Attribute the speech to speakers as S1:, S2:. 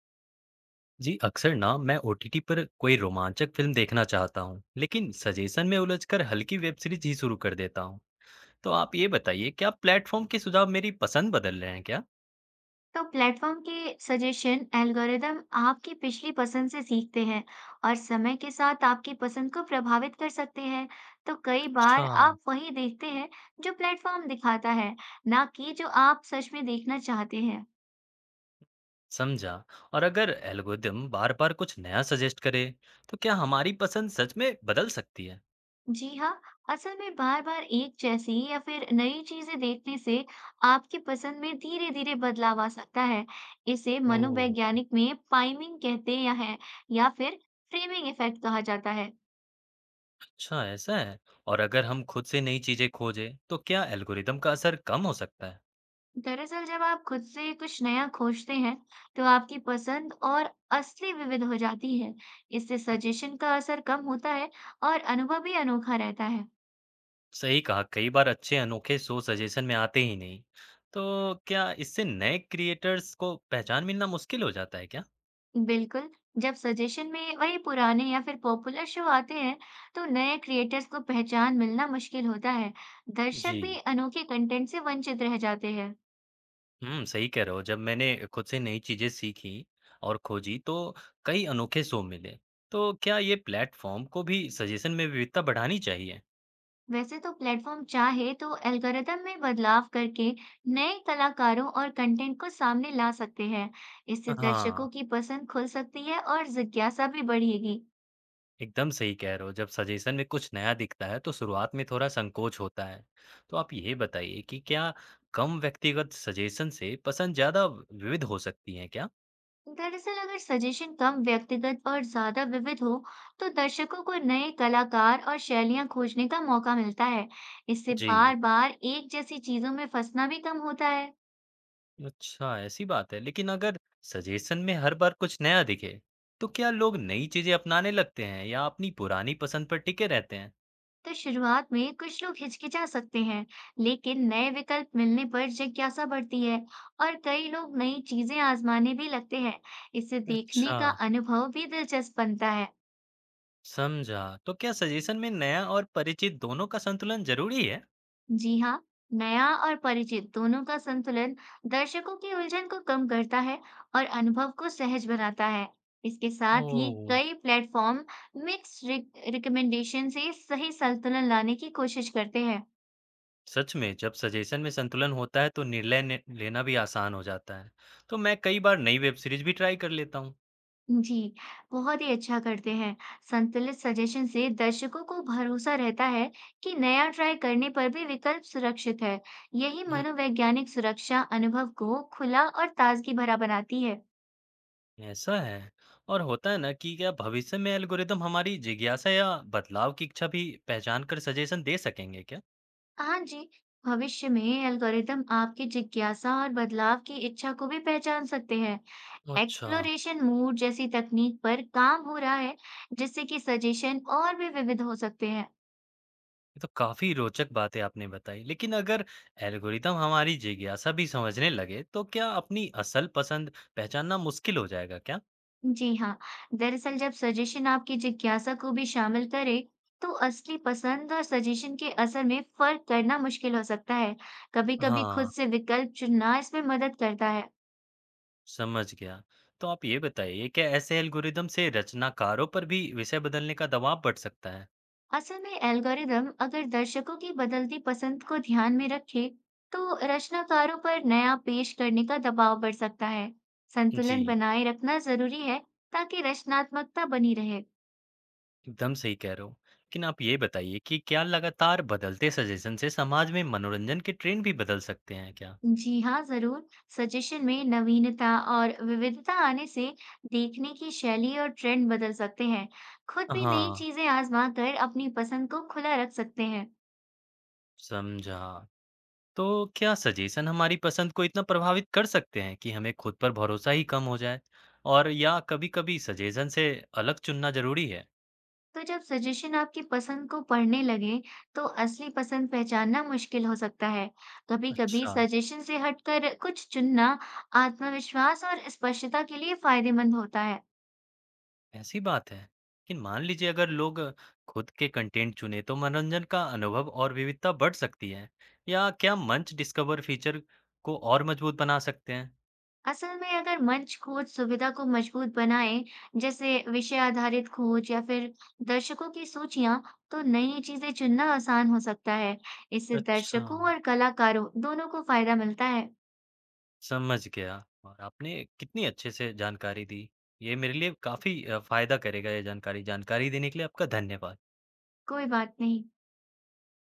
S1: जी, अक्सर ना मैं ओटीटी पर कोई रोमांचक फिल्म देखना चाहता हूँ, लेकिन सजेशन में उलझकर हल्की वेब सीरीज ही शुरू कर देता हूँ। तो आप ये बताइए, क्या प्लेटफॉर्म के सुझाव मेरी पसंद बदल रहे हैं क्या।
S2: तो प्लेटफॉर्म के सजेशन एल्गोरिदम आपकी पिछली पसंद से सीखते हैं और समय के साथ आपकी पसंद को प्रभावित कर सकते हैं। तो कई
S1: अच्छा।
S2: बार आप वही देखते हैं जो प्लेटफॉर्म दिखाता है, ना कि जो आप सच में देखना चाहते हैं।
S1: समझा। और अगर एल्गोरिदम बार बार कुछ नया सजेस्ट करे, तो क्या हमारी पसंद सच में बदल सकती है।
S2: जी हाँ, असल में बार बार एक जैसी या फिर नई चीजें देखने से आपकी पसंद में धीरे धीरे बदलाव आ सकता है। इसे
S1: ओह।
S2: मनोवैज्ञानिक में पाइमिंग कहते हैं या फिर फ्रेमिंग इफेक्ट कहा जाता है।
S1: अच्छा, ऐसा है। और अगर हम खुद से नई चीजें खोजें, तो क्या एल्गोरिदम का असर कम हो सकता है।
S2: दरअसल जब आप खुद से कुछ नया खोजते हैं, तो आपकी पसंद और असली विविध हो जाती है। इससे सजेशन का असर कम होता है और अनुभव भी अनोखा रहता है।
S1: सही कहा, कई बार अच्छे अनोखे शो सजेशन में आते ही नहीं। तो क्या इससे नए क्रिएटर्स को पहचान मिलना मुश्किल हो जाता है क्या।
S2: बिल्कुल, जब सजेशन में वही पुराने या फिर पॉपुलर शो आते हैं, तो नए क्रिएटर्स को पहचान मिलना मुश्किल होता है। दर्शक
S1: जी।
S2: भी अनोखे कंटेंट से वंचित रह जाते हैं।
S1: हम्म, सही कह रहे हो, जब मैंने खुद से नई चीजें सीखी और खोजी, तो कई अनोखे शो मिले। तो क्या ये प्लेटफॉर्म को भी सजेशन में विविधता बढ़ानी चाहिए।
S2: वैसे तो प्लेटफॉर्म चाहे तो एल्गोरिदम में बदलाव करके नए कलाकारों और कंटेंट को सामने ला सकते हैं। इससे
S1: हाँ,
S2: दर्शकों की पसंद खुल सकती है और जिज्ञासा भी बढ़ेगी।
S1: एकदम सही कह रहे हो, जब सजेशन में कुछ नया दिखता है तो शुरुआत में थोड़ा संकोच होता है। तो आप ये बताइए कि क्या कम व्यक्तिगत सजेशन से पसंद ज्यादा विविध हो सकती है क्या।
S2: दरअसल अगर सजेशन कम व्यक्तिगत और ज्यादा विविध हो, तो दर्शकों को नए कलाकार और शैलियां खोजने का मौका मिलता है। इससे
S1: जी।
S2: बार-बार एक जैसी चीजों में फंसना भी कम होता है।
S1: अच्छा, ऐसी बात है। लेकिन अगर सजेशन में हर बार कुछ नया दिखे, तो क्या लोग नई चीजें अपनाने लगते हैं या अपनी पुरानी पसंद पर टिके रहते हैं?
S2: तो शुरुआत में कुछ लोग हिचकिचा सकते हैं, लेकिन नए विकल्प मिलने पर जिज्ञासा बढ़ती है और कई लोग नई चीजें आजमाने भी लगते हैं। इसे देखने
S1: अच्छा,
S2: का अनुभव भी दिलचस्प बनता है।
S1: समझा। तो क्या सजेशन में नया और परिचित दोनों का संतुलन जरूरी है?
S2: जी हाँ, नया और परिचित दोनों का संतुलन दर्शकों की उलझन को कम करता है और अनुभव को सहज बनाता है। इसके साथ ही
S1: ओह।
S2: कई प्लेटफॉर्म मिक्स रिकमेंडेशन से सही संतुलन लाने की कोशिश करते हैं।
S1: सच में, जब सजेशन में संतुलन होता है तो लेना भी आसान हो जाता है। तो मैं कई बार नई वेब सीरीज भी ट्राई कर लेता हूँ।
S2: जी, बहुत ही अच्छा करते हैं। संतुलित सजेशन से दर्शकों को भरोसा रहता है कि नया ट्राई करने पर भी विकल्प सुरक्षित है। यही मनोवैज्ञानिक सुरक्षा अनुभव को खुला और ताजगी भरा बनाती है।
S1: ऐसा है। और होता है ना, कि क्या भविष्य में एल्गोरिदम हमारी जिज्ञासा या बदलाव की इच्छा भी पहचान कर सजेशन दे सकेंगे क्या।
S2: हाँ जी, भविष्य में एल्गोरिदम आपकी जिज्ञासा और बदलाव की इच्छा को भी पहचान सकते हैं।
S1: अच्छा।
S2: एक्सप्लोरेशन मोड जैसी तकनीक पर काम हो रहा है, जिससे कि सजेशन और भी विविध हो सकते हैं।
S1: ये तो काफी रोचक बातें आपने बताई लेकिन अगर एल्गोरिदम हमारी जिज्ञासा भी समझने लगे तो क्या अपनी असल पसंद पहचानना मुश्किल हो जाएगा क्या।
S2: जी हाँ, दरअसल जब सजेशन आपकी जिज्ञासा को भी शामिल करे, तो असली पसंद और सजेशन के असर में फर्क करना मुश्किल हो सकता है। कभी-कभी
S1: हाँ,
S2: खुद से विकल्प चुनना इसमें मदद करता है।
S1: समझ गया। तो आप ये बताइए, क्या ऐसे एल्गोरिदम से रचनाकारों पर भी विषय बदलने का दबाव बढ़ सकता है।
S2: असल में एल्गोरिदम अगर दर्शकों की बदलती पसंद को ध्यान में रखे, तो रचनाकारों पर नया पेश करने का दबाव बढ़ सकता है। संतुलन
S1: जी।
S2: बनाए रखना जरूरी है ताकि रचनात्मकता बनी रहे।
S1: एकदम सही कह रहे हो। लेकिन आप ये बताइए कि क्या लगातार बदलते सजेशन से समाज में मनोरंजन के ट्रेंड भी बदल सकते हैं क्या?
S2: जी हाँ, ज़रूर। सजेशन में नवीनता और विविधता आने से देखने की शैली और ट्रेंड बदल सकते हैं। खुद भी नई
S1: हाँ,
S2: चीज़ें आज़मा कर अपनी पसंद को खुला रख सकते हैं।
S1: समझा। तो क्या सजेशन हमारी पसंद को इतना प्रभावित कर सकते हैं कि हमें खुद पर भरोसा ही कम हो जाए? और या कभी-कभी सजेशन से अलग चुनना ज़रूरी है?
S2: तो जब सजेशन आपकी पसंद को पढ़ने लगे, तो असली पसंद पहचानना मुश्किल हो सकता है। कभी-कभी
S1: अच्छा,
S2: सजेशन से हटकर कुछ चुनना आत्मविश्वास और स्पष्टता के लिए फायदेमंद होता है।
S1: ऐसी बात है। लेकिन मान लीजिए, अगर लोग खुद के कंटेंट चुने तो मनोरंजन का अनुभव और विविधता बढ़ सकती है। या क्या मंच डिस्कवर फीचर को और मजबूत बना सकते हैं?
S2: असल में अगर मंच खोज सुविधा को मजबूत बनाए, जैसे विषय आधारित खोज या फिर दर्शकों की सूचियां, तो नई चीजें चुनना आसान हो सकता है। इससे
S1: अच्छा,
S2: दर्शकों और कलाकारों दोनों को फायदा मिलता है।
S1: समझ गया। और आपने कितनी अच्छे से जानकारी दी। ये मेरे लिए काफ़ी फ़ायदा करेगा ये जानकारी। जानकारी देने के लिए आपका धन्यवाद।
S2: कोई बात नहीं।